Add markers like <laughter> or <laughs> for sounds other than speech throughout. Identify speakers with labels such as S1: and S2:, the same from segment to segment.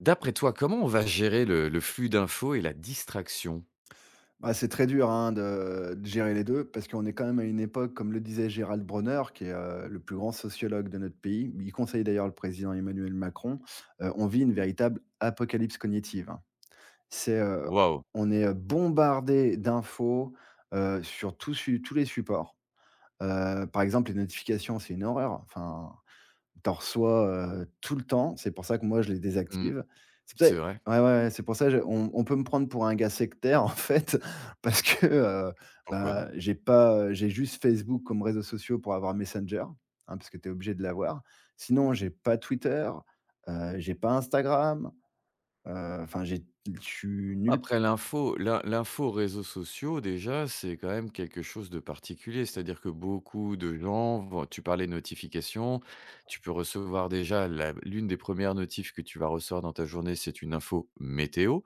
S1: D'après toi, comment on va gérer le flux d'infos et la distraction?
S2: Bah, c'est très dur, hein, de gérer les 2 parce qu'on est quand même à une époque, comme le disait Gérald Bronner, qui est le plus grand sociologue de notre pays. Il conseille d'ailleurs le président Emmanuel Macron. On vit une véritable apocalypse cognitive, hein. C'est
S1: Waouh!
S2: on est bombardé d'infos sur tous les supports. Par exemple, les notifications, c'est une horreur. Enfin, t'en reçois tout le temps. C'est pour ça que moi je les
S1: Mmh.
S2: désactive. C'est
S1: C'est
S2: peut-être
S1: vrai.
S2: Ouais, ouais, ouais, c'est pour ça je on peut me prendre pour un gars sectaire <laughs> en fait parce que
S1: Pourquoi?
S2: bah, j'ai pas, j'ai juste Facebook comme réseaux sociaux pour avoir Messenger, hein, parce que tu es obligé de l'avoir. Sinon, j'ai pas Twitter, j'ai pas Instagram, enfin j'ai je suis nul.
S1: Après l'info réseaux sociaux déjà, c'est quand même quelque chose de particulier. C'est-à-dire que beaucoup de gens vont tu parlais de notifications, tu peux recevoir déjà la l'une des premières notifs que tu vas recevoir dans ta journée, c'est une info météo,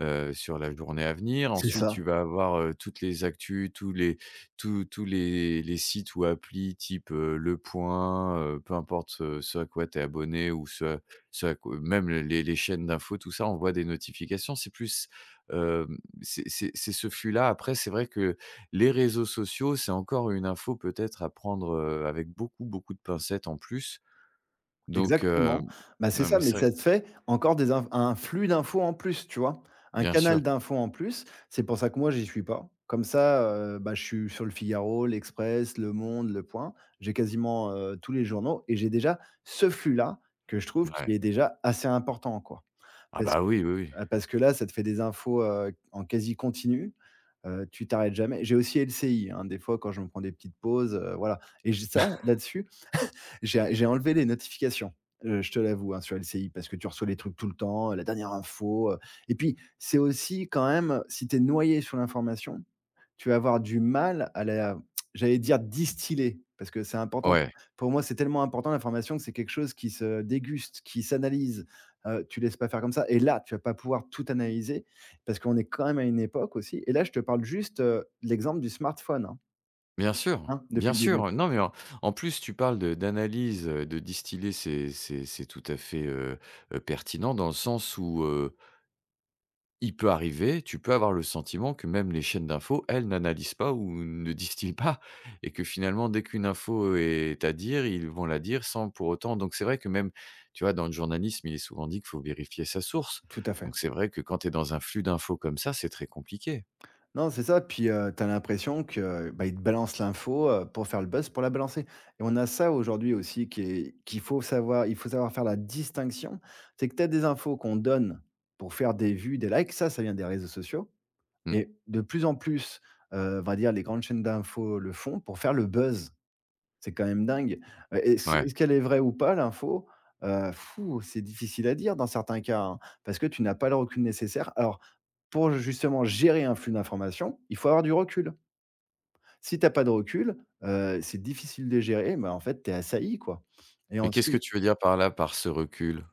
S1: sur la journée à venir.
S2: C'est
S1: Ensuite,
S2: ça.
S1: tu vas avoir, toutes les actus, tous les sites ou applis type, Le Point, peu importe, ce à quoi tu es abonné ou ce à quoi même les chaînes d'infos, tout ça envoie des notifications. C'est plus Hem, c'est ce flux-là. Après, c'est vrai que les réseaux sociaux, c'est encore une info peut-être à prendre, avec beaucoup, beaucoup de pincettes en plus. Donc,
S2: Exactement. Bah, c'est
S1: non,
S2: ça,
S1: mais
S2: mais
S1: c'est
S2: ça
S1: vrai.
S2: te fait encore des inf un flux d'infos en plus, tu vois? Un
S1: Bien
S2: canal
S1: sûr.
S2: d'infos en plus. C'est pour ça que moi, j'y suis pas. Comme ça, bah, je suis sur Le Figaro, L'Express, Le Monde, Le Point. J'ai quasiment, tous les journaux et j'ai déjà ce flux-là que je trouve qui
S1: Ouais.
S2: est déjà assez important, quoi.
S1: Ah
S2: Parce
S1: bah, oui, oui, oui.
S2: Parce que là, ça te fait des infos en quasi continu. Tu t'arrêtes jamais. J'ai aussi LCI, hein, des fois, quand je me prends des petites pauses, voilà. Et j'ai ça, là-dessus j'ai enlevé les notifications, je te l'avoue, hein, sur LCI parce que tu reçois les trucs tout le temps, la dernière info, et puis c'est aussi quand même, si tu es noyé sur l'information, tu vas avoir du mal à la, j'allais dire, distiller parce que c'est important.
S1: Ouais.
S2: Pour moi, c'est tellement important l'information que c'est quelque chose qui se déguste, qui s'analyse tu laisses pas faire comme ça et là, tu vas pas pouvoir tout analyser parce qu'on est quand même à une époque aussi et là, je te parle juste l'exemple du smartphone,
S1: Bien sûr,
S2: hein, depuis
S1: bien
S2: le début.
S1: sûr. Non, mais en plus, tu parles de d'analyse, de distiller, c'est tout à fait, pertinent dans le sens où, il peut arriver, tu peux avoir le sentiment que même les chaînes d'infos, elles, n'analysent pas ou ne distillent pas <laughs> et que finalement, dès qu'une info est à dire, ils vont la dire sans pour autant donc c'est vrai que même, tu vois, dans le journalisme, il est souvent dit qu'il faut vérifier sa source.
S2: Tout à fait.
S1: Donc c'est vrai que quand tu es dans un flux d'infos comme ça, c'est très compliqué.
S2: Non, c'est ça, puis tu l'impression que, bah, ils te balancent l'info pour faire le buzz, pour la balancer. Et on a ça aujourd'hui aussi qui est qu'il faut savoir faire la distinction. C'est que t'as des infos qu'on donne pour faire des vues, des likes, ça vient des réseaux sociaux
S1: Mmh,
S2: et de plus en plus on va dire les grandes chaînes d'infos le font pour faire le buzz. C'est quand même dingue. Est-ce
S1: ouais.
S2: est-ce qu'elle est vraie ou pas l'info? Fou, c'est difficile à dire dans certains cas, hein, parce que tu n'as pas le recul nécessaire. Alors, pour justement gérer un flux d'informations, il faut avoir du recul. Si tu as pas de recul, c'est difficile de gérer. Mais en fait, tu es assailli, quoi, et
S1: Mais qu'est-ce que
S2: ensuite
S1: tu veux dire par là, par ce recul?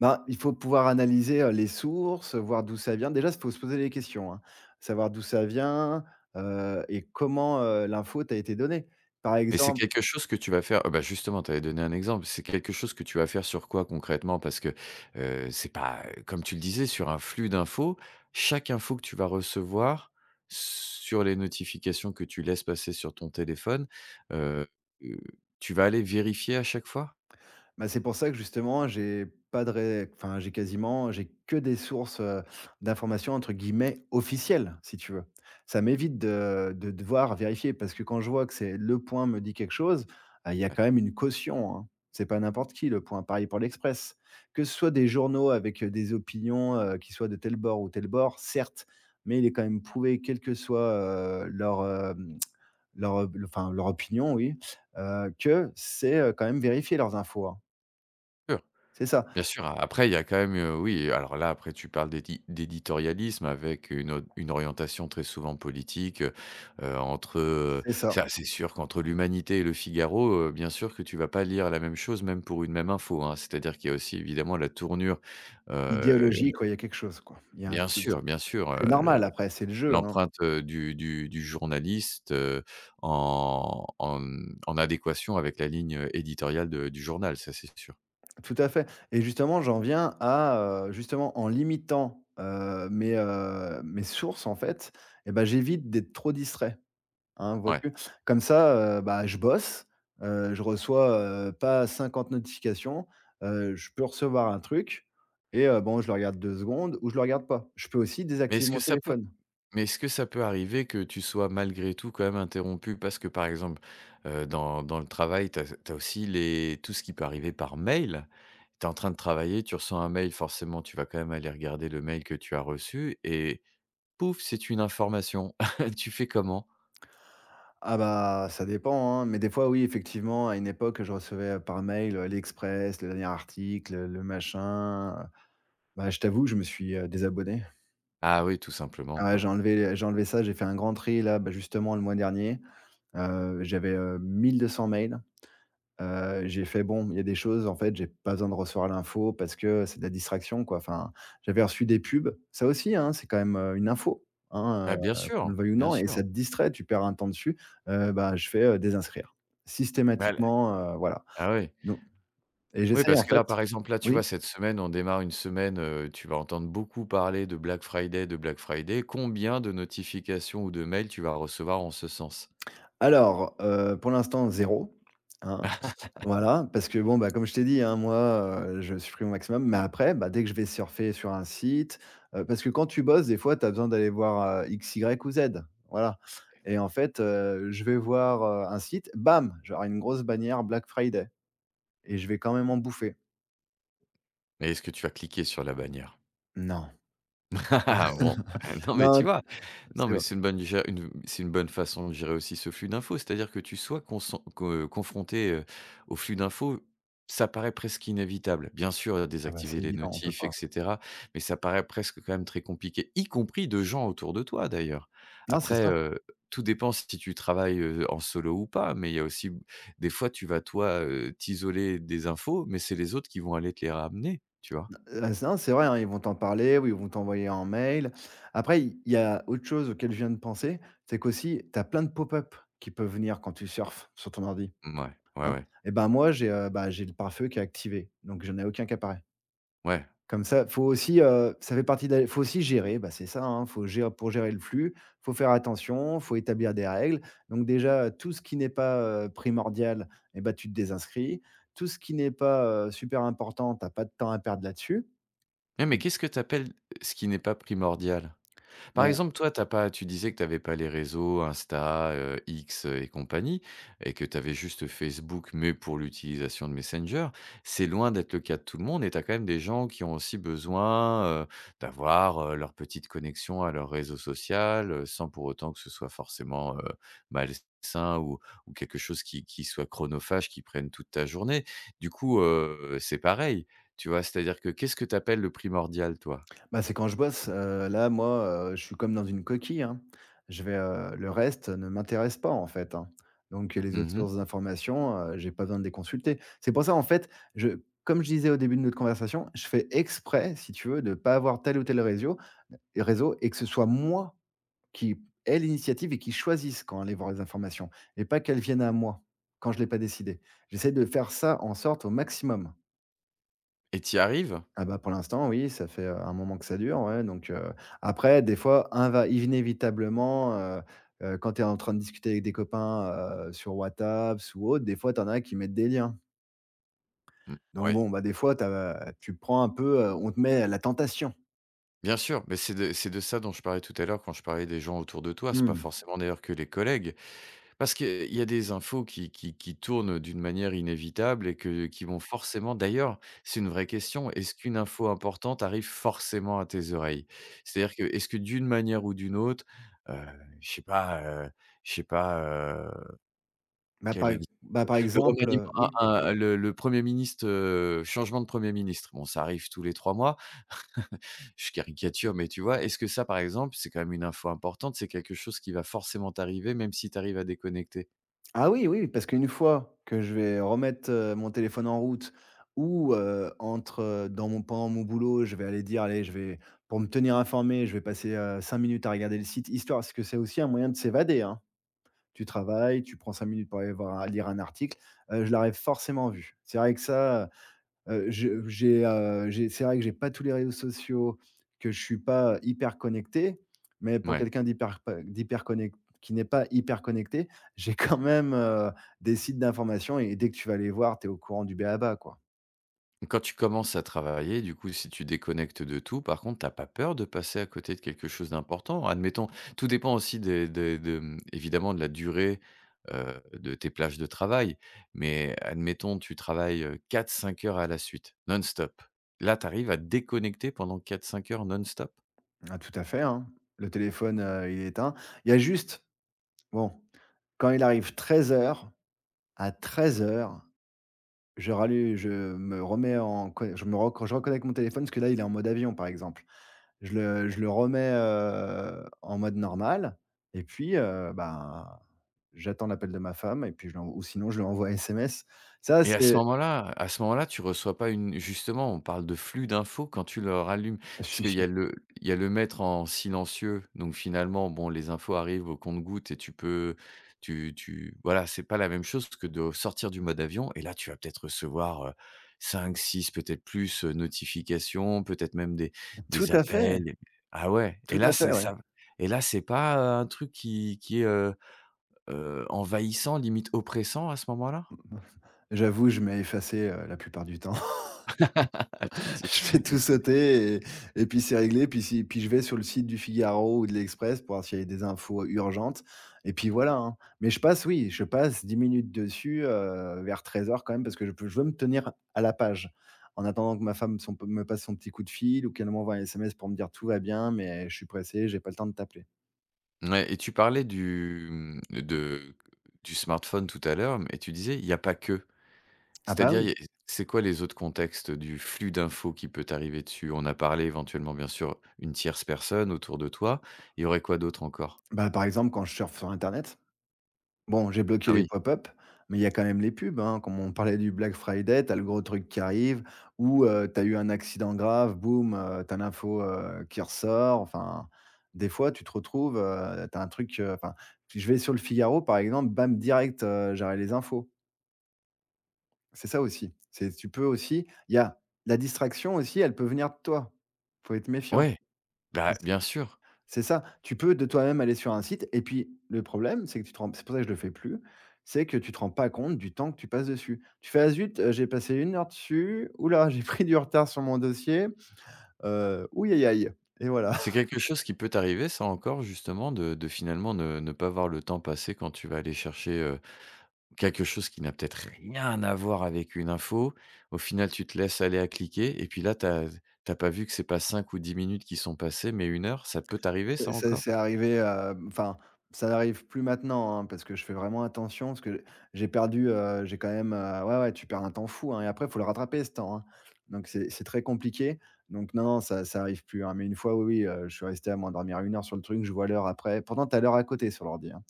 S2: bah, il faut pouvoir analyser les sources, voir d'où ça vient. Déjà, il faut se poser des questions, hein. Savoir d'où ça vient, et comment l'info t'a été donnée. Par
S1: Mais c'est
S2: exemple
S1: quelque chose que tu vas faire, bah, justement, tu avais donné un exemple. C'est quelque chose que tu vas faire sur quoi concrètement? Parce que, c'est pas, comme tu le disais, sur un flux d'infos, chaque info que tu vas recevoir sur les notifications que tu laisses passer sur ton téléphone, heu heu, tu vas aller vérifier à chaque fois?
S2: Bah, c'est pour ça que justement, j'ai pas de ré enfin, j'ai que des sources d'informations entre guillemets «officielles», si tu veux. Ça m'évite de devoir vérifier parce que quand je vois que c'est Le Point me dit quelque chose, ah, il y a
S1: Ouais,
S2: quand même une caution, hein. C'est pas n'importe qui Le Point, pareil pour L'Express. Que ce soit des journaux avec des opinions qui soient de tel bord ou tel bord, certes, mais il est quand même prouvé, quelle que soit leur, hem, leur, enfin, leur opinion, oui que c'est quand même vérifier leurs infos, hein.
S1: sûr.
S2: C'est ça,
S1: Bien sûr, a après il y a quand même, oui, alors là, après tu parles d'éditorialisme avec une orientation très souvent politique, entre, heu,
S2: c'est ça.
S1: ça c'est sûr qu'entre l'Humanité et Le Figaro, bien sûr que tu vas pas lire la même chose, même pour une même info, hein. C'est-à-dire qu'il y a aussi évidemment la tournure, heu,
S2: Idéologique, quoi, il y a quelque chose, quoi. Il y a un filtre.
S1: bien sûr,
S2: C'est
S1: le
S2: normal après, c'est le jeu, hein.
S1: l'empreinte, du journaliste, en adéquation avec la ligne, éditoriale de du journal, ça c'est sûr.
S2: Tout à fait et justement, j'en viens à justement en limitant mes sources en fait et bah, j'évite d'être trop distrait, hein,
S1: Ouais.
S2: vois-tu? Comme ça, bah, je bosse, je reçois, pas 50 notifications, je peux recevoir un truc et bon, je le regarde 2 secondes ou je le regarde pas. Je peux aussi
S1: Mais
S2: désactiver
S1: est-ce que
S2: mon
S1: ça peut
S2: téléphone.
S1: Mais est-ce que ça peut arriver que tu sois malgré tout quand même interrompu? Parce que par exemple, dans le travail, tu as aussi les tout ce qui peut arriver par mail. Tu es en train de travailler, tu reçois un mail, forcément, tu vas quand même aller regarder le mail que tu as reçu et pouf, c'est une information. <laughs> Tu fais comment?
S2: Ah bah, ça dépend, hein, mais des fois, oui, effectivement, à une époque, je recevais, par mail, l'Express, le dernier article, le machin, bah, je t'avoue je me suis, désabonné.
S1: Ah oui, tout simplement,
S2: Ah, ouais, j'ai
S1: quoi.
S2: enlevé j'ai enlevé ça, j'ai fait un grand tri là, bah, justement le mois dernier, j'avais, 1200 mails. J'ai fait: «Bon, il y a des choses, en fait, j'ai pas besoin de recevoir l'info parce que c'est de la distraction, quoi». Enfin, j'avais reçu des pubs. Ça aussi, hein, c'est quand même une info, hein,
S1: Ah bien
S2: heu, qu'on
S1: sûr,
S2: le veuille ou
S1: bien
S2: non et
S1: sûr.
S2: ça te distrait, tu perds un temps dessus. Bah, je fais, désinscrire
S1: Bah,
S2: systématiquement, voilà.
S1: ah oui.
S2: Donc et
S1: Oui,
S2: j'essaye,
S1: parce
S2: en
S1: que
S2: fait.
S1: là, par exemple, là, tu vois,
S2: Oui?
S1: cette semaine, on démarre une semaine, tu vas entendre beaucoup parler de Black Friday, de Black Friday. Combien de notifications ou de mails tu vas recevoir en ce sens?
S2: Alors, pour l'instant zéro. Hein. Voilà, parce que bon, bah, comme je t'ai dit, hein, moi, je supprime au maximum, mais après, bah, dès que je vais surfer sur un site, parce que quand tu bosses, des fois, tu as besoin d'aller voir, X, Y ou Z, voilà et en fait, je vais voir, un site, bam, j'aurai une grosse bannière Black Friday et je vais quand même en bouffer.
S1: Mais est-ce que tu vas cliquer sur la bannière?
S2: Non,
S1: <laughs> Bon, bah, non, mais
S2: non,
S1: tu vois? Non,
S2: c'est
S1: mais c'est une bonne gé une c'est une bonne façon de gérer aussi ce flux d'infos. C'est-à-dire que tu sois consen co confronté, au flux d'infos, ça paraît presque inévitable. Bien sûr,
S2: ah bah,
S1: désactiver
S2: c'est
S1: les
S2: évident, on peut
S1: notifs et
S2: pas.
S1: cetera, mais ça paraît presque quand même très compliqué, y compris de gens autour de toi d'ailleurs.
S2: Non, c'est
S1: Après,
S2: ça.
S1: tout dépend si tu travailles, en solo ou pas, mais il y a aussi des fois tu vas toi, t'isoler des infos, mais c'est les autres qui vont aller te les ramener, tu vois?
S2: C'est Non, c'est vrai, hein, ils vont t'en parler ou ils vont t'envoyer un mail. Après, il y a autre chose auquel je viens de penser, c'est qu'aussi tu as plein de pop-up qui peuvent venir quand tu surfes sur ton ordi,
S1: Ouais, ouais,
S2: hein,
S1: ouais,
S2: et ben, moi, j'ai, bah, j'ai le pare-feu qui est activé, donc je n'ai aucun qui apparaît.
S1: ouais.
S2: Comme ça, faut aussi ça fait partie de faut aussi gérer, bah, c'est ça, hein, faut gér pour gérer le flux, faut faire attention, faut établir des règles. Donc déjà, tout ce qui n'est pas primordial et ben tu te désinscris. Tout ce qui n'est pas super important, tu as pas de temps à perdre là-dessus.
S1: Mais qu'est-ce que tu appelles, ce qui n'est pas primordial? Par
S2: Bah
S1: exemple, toi, t'as pas tu disais que tu avais pas les réseaux Insta, X et compagnie et que tu avais juste Facebook, mais pour l'utilisation de Messenger. C'est loin d'être le cas de tout le monde et tu as quand même des gens qui ont aussi besoin, d'avoir, leur petite connexion à leur réseau social, sans pour autant que ce soit forcément, malsain ou quelque chose qui soit chronophage, qui prenne toute ta journée. Du coup, c'est pareil, tu vois? C'est-à-dire que qu'est-ce que tu appelles le primordial, toi?
S2: Bah, c'est quand je bosse, là, moi, je suis comme dans une coquille, hein. Le reste ne m'intéresse pas, en fait, hein. Donc les autres
S1: Mmh
S2: sources d'informations, j'ai pas besoin de les consulter. C'est pour ça, en fait, je comme je disais au début de notre conversation, je fais exprès, si tu veux, de pas avoir tel ou tel réseau et que ce soit moi qui ai l'initiative et qui choisisse quand aller voir les informations et pas qu'elles viennent à moi, quand je l'ai pas décidé. J'essaie de faire ça en sorte au maximum.
S1: et tu y arrives?
S2: Ah bah, pour l'instant, oui, ça fait, un moment que ça dure, ouais, donc après des fois, inva inévitablement, quand tu es en train de discuter avec des copains, sur WhatsApp ou autre, des fois, tu en as qui mettent des liens.
S1: Mmh,
S2: Donc
S1: ouais,
S2: bon, bah, des fois, t'as tu prends un peu, on te met à la tentation.
S1: bien sûr, mais c'est de ça dont je parlais tout à l'heure quand je parlais des gens autour de toi. C'est pas
S2: Mmh.
S1: forcément d'ailleurs que les collègues, parce qu'il y a des infos qui tournent d'une manière inévitable et que qui vont forcément d'ailleurs, c'est une vraie question. Est-ce qu'une info importante arrive forcément à tes oreilles? C'est-à-dire que est-ce que d'une manière ou d'une autre, heu, je sais pas, heu, je sais pas,
S2: Bah,
S1: quel
S2: par
S1: ex
S2: Bah, par
S1: le
S2: exemple,
S1: remaniement,
S2: oui?
S1: un le 1er ministre, changement de premier ministre, bon ça arrive tous les 3 mois. Je caricature, mais tu vois? Est-ce que ça, par exemple, c'est quand même une info importante, c'est quelque chose qui va forcément t'arriver même si tu arrives à déconnecter?
S2: Ah oui, oui, parce qu'une fois que je vais remettre, mon téléphone en route ou, entre, dans mon pendant mon boulot, je vais aller dire: «Allez, je vais pour me tenir informé, je vais passer, 5 minutes à regarder le site», histoire parce que c'est aussi un moyen de s'évader, hein. Tu travailles, tu prends 5 minutes pour aller voir lire un article, je l'aurais forcément vu. C'est vrai que ça. Je j'ai C'est vrai que j'ai pas tous les réseaux sociaux, que je suis pas hyper connecté, mais pour
S1: Ouais.
S2: quelqu'un d'hyper p d'hyper connect qui n'est pas hyper connecté, <laughs> j'ai quand même, des sites d'information et dès que tu vas les voir, tu es au courant du b.a-ba quoi.
S1: Quand tu commences à travailler, du coup, si tu déconnectes de tout, par contre, t'as pas peur de passer à côté de quelque chose d'important? Admettons, tout dépend aussi évidemment de la durée, de tes plages de travail. Mais admettons, tu travailles, 4-5 heures à la suite, non-stop. Là, tu arrives à te déconnecter pendant 4-5 heures non-stop?
S2: Ah tout à fait, hein. Le téléphone, il est éteint. Il y a juste, bon, quand il arrive treize heures à treize heures, je me remets en co je reconnecte mon téléphone parce que là, il est en mode avion, par exemple. Je le remets, en mode normal et puis, ben, j'attends l'appel de ma femme et puis je lui ou sinon je lui envoie un SMS. Ça,
S1: Et
S2: c'est
S1: à ce moment-là, tu reçois pas une justement, on parle de flux d'infos quand tu le rallumes. Parce qu'il y a le mettre en silencieux, donc finalement, bon, les infos arrivent au compte-gouttes et tu peux tu tu voilà, c'est pas la même chose que de sortir du mode avion et là, tu vas peut-être recevoir, 5-6, peut-être plus, notifications, peut-être même des
S2: <laughs> tout
S1: des
S2: à fait,
S1: appels. Ah ouais, et
S2: tout
S1: là,
S2: à fait,
S1: c'est
S2: ouais.
S1: ça. Et là, c'est pas, un truc qui est, envahissant, limite oppressant à ce moment-là?
S2: J'avoue, je mets effacer, la plupart du temps.
S1: <laughs> Toi, tu
S2: <laughs> Je fais tout
S1: mais tu
S2: sauter et puis c'est réglé. Puis si puis je vais sur le site du Figaro ou de l'Express pour voir s'il y a des infos urgentes et puis voilà, hein. Mais je passe, oui, je passe 10 minutes dessus, vers 13 heures quand même parce que je veux me tenir à la page. En attendant que ma femme son me passe son petit coup de fil ou qu'elle m'envoie un SMS pour me dire: «Tout va bien, mais je suis pressé, j'ai pas le temps de t'appeler».
S1: ouais, et tu parlais du, mmh, de du smartphone tout à l'heure, mais tu disais il n'y a pas que.
S2: Ah bah
S1: C'est-à-dire, il
S2: oui,
S1: y a c'est quoi les autres contextes du flux d'infos qui peut t'arriver dessus? On a parlé éventuellement, bien sûr, une tierce personne autour de toi. Il y aurait quoi d'autre encore?
S2: bah, par exemple, quand je surfe sur internet. Bon, j'ai bloqué
S1: Ah
S2: les
S1: oui.
S2: pop-up, mais il y a quand même les pubs, hein. Comme on parlait du Black Friday, tu as le gros truc qui arrive ou, tu as eu un accident grave, boum, tu as l'info, qui ressort. Enfin, des fois, tu te retrouves, tu as un truc, enfin, si je vais sur Le Figaro, par exemple, bam, direct, j'aurai les infos. C'est ça aussi. C'est tu peux aussi il y a la distraction aussi, elle peut venir de toi. Faut être méfiant.
S1: Ouais, bah, bien sûr.
S2: C'est ça. Tu peux de toi-même aller sur un site et puis le problème, c'est que tu te rends c'est pour ça que je le fais plus, c'est que tu te rends pas compte du temps que tu passes dessus. Tu fais: «Ah zut, j'ai passé une heure dessus. Oula, <laughs> j'ai pris du retard sur mon dossier. Ouh-i-aïe-aïe» et voilà.
S1: C'est quelque chose qui peut t'arriver ça encore justement de finalement ne pas voir le temps passer quand tu vas aller chercher. Quelque chose qui n'a peut-être rien à voir avec une info. Au final, tu te laisses aller à cliquer et puis là, tu as pas vu que c'est pas 5 ou 10 minutes qui sont passées, mais 1 heure. Ça peut t'arriver
S2: Heu,
S1: ça
S2: c'est
S1: encore?
S2: c'est arrivé, enfin, ça n'arrive plus maintenant, hein, parce que je fais vraiment attention, parce que j'ai perdu, j'ai quand même, ouais, ouais, tu perds un temps fou, hein et après, il faut le rattraper ce temps, hein. Donc c'est très compliqué. Donc non, non, ça arrive plus, hein, mais une fois, oui, oui, je suis resté à m'endormir une heure sur le truc, je vois l'heure après. Pourtant, tu as l'heure à côté sur l'ordi, hein.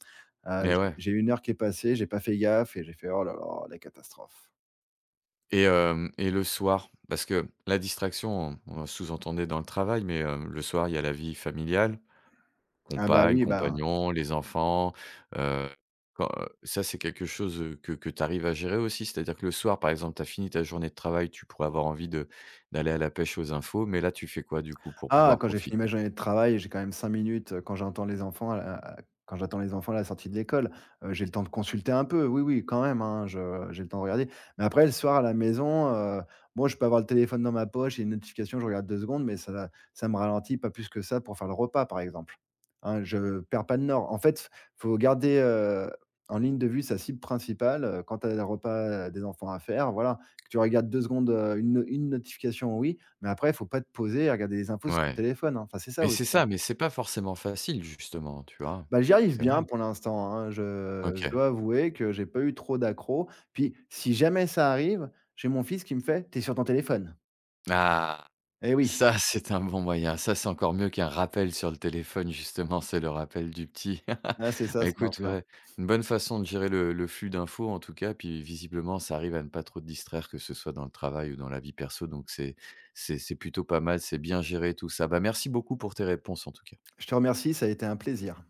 S2: Heu,
S1: Mais
S2: j'ai
S1: ouais
S2: j'ai 1 heure qui est passée, j'ai pas fait gaffe et j'ai fait: «Oh là là, la catastrophe».
S1: et le soir? Parce que la distraction, on sous-entendait dans le travail, mais, le soir, il y a la vie familiale.
S2: Ah bah
S1: Compagne,
S2: oui, ben
S1: compagnon, les enfants, heu, quand, ça c'est quelque chose, que tu arrives à gérer aussi? C'est-à-dire que le soir, par exemple, tu as fini ta journée de travail, tu pourrais avoir envie de d'aller à la pêche aux infos, mais là, tu fais quoi du coup pour
S2: ah,
S1: pouvoir
S2: quand j'ai fini ma
S1: profiter?
S2: journée de travail, j'ai quand même 5 minutes, quand j'attends les enfants à la sortie de l'école, j'ai le temps de consulter un peu. Oui, oui, quand même, hein, je j'ai le temps de regarder. Mais après le soir à la maison, bon, je peux avoir le téléphone dans ma poche, il y a une notification, je regarde 2 secondes, mais ça me ralentit pas plus que ça pour faire le repas, par exemple. Hein, je perds pas de nord. En fait, faut garder, en ligne de vue sa cible principale, quand tu as le repas, des enfants à faire, voilà. Que tu regardes 2 secondes, une no une notification, oui, mais après, faut pas te poser et regarder les infos sur ton
S1: Ouais,
S2: téléphone, hein. Enfin, c'est ça
S1: mais c'est
S2: aussi, hein.
S1: ça, mais c'est pas forcément facile justement, tu vois?
S2: Bah, j'y arrive
S1: C'est vrai.
S2: bien pour l'instant, hein. Je
S1: OK.
S2: dois avouer que j'ai pas eu trop d'accros. Puis, si jamais ça arrive, j'ai mon fils qui me fait: t'es sur ton téléphone».
S1: Ah!
S2: Eh oui,
S1: Ça, c'est un bon moyen. Ça, c'est encore mieux qu'un rappel sur le téléphone, justement, c'est le rappel du petit.
S2: ah, c'est
S1: <laughs>
S2: ça,
S1: Bah,
S2: ça marche
S1: écoute,
S2: bien.
S1: ouais, une bonne façon de gérer le flux d'infos, en tout cas, puis visiblement, ça arrive à ne pas trop te distraire, que ce soit dans le travail ou dans la vie perso, donc c'est plutôt pas mal, c'est bien géré tout ça. Bah, merci beaucoup pour tes réponses, en tout cas.
S2: Je te remercie, ça a été un plaisir.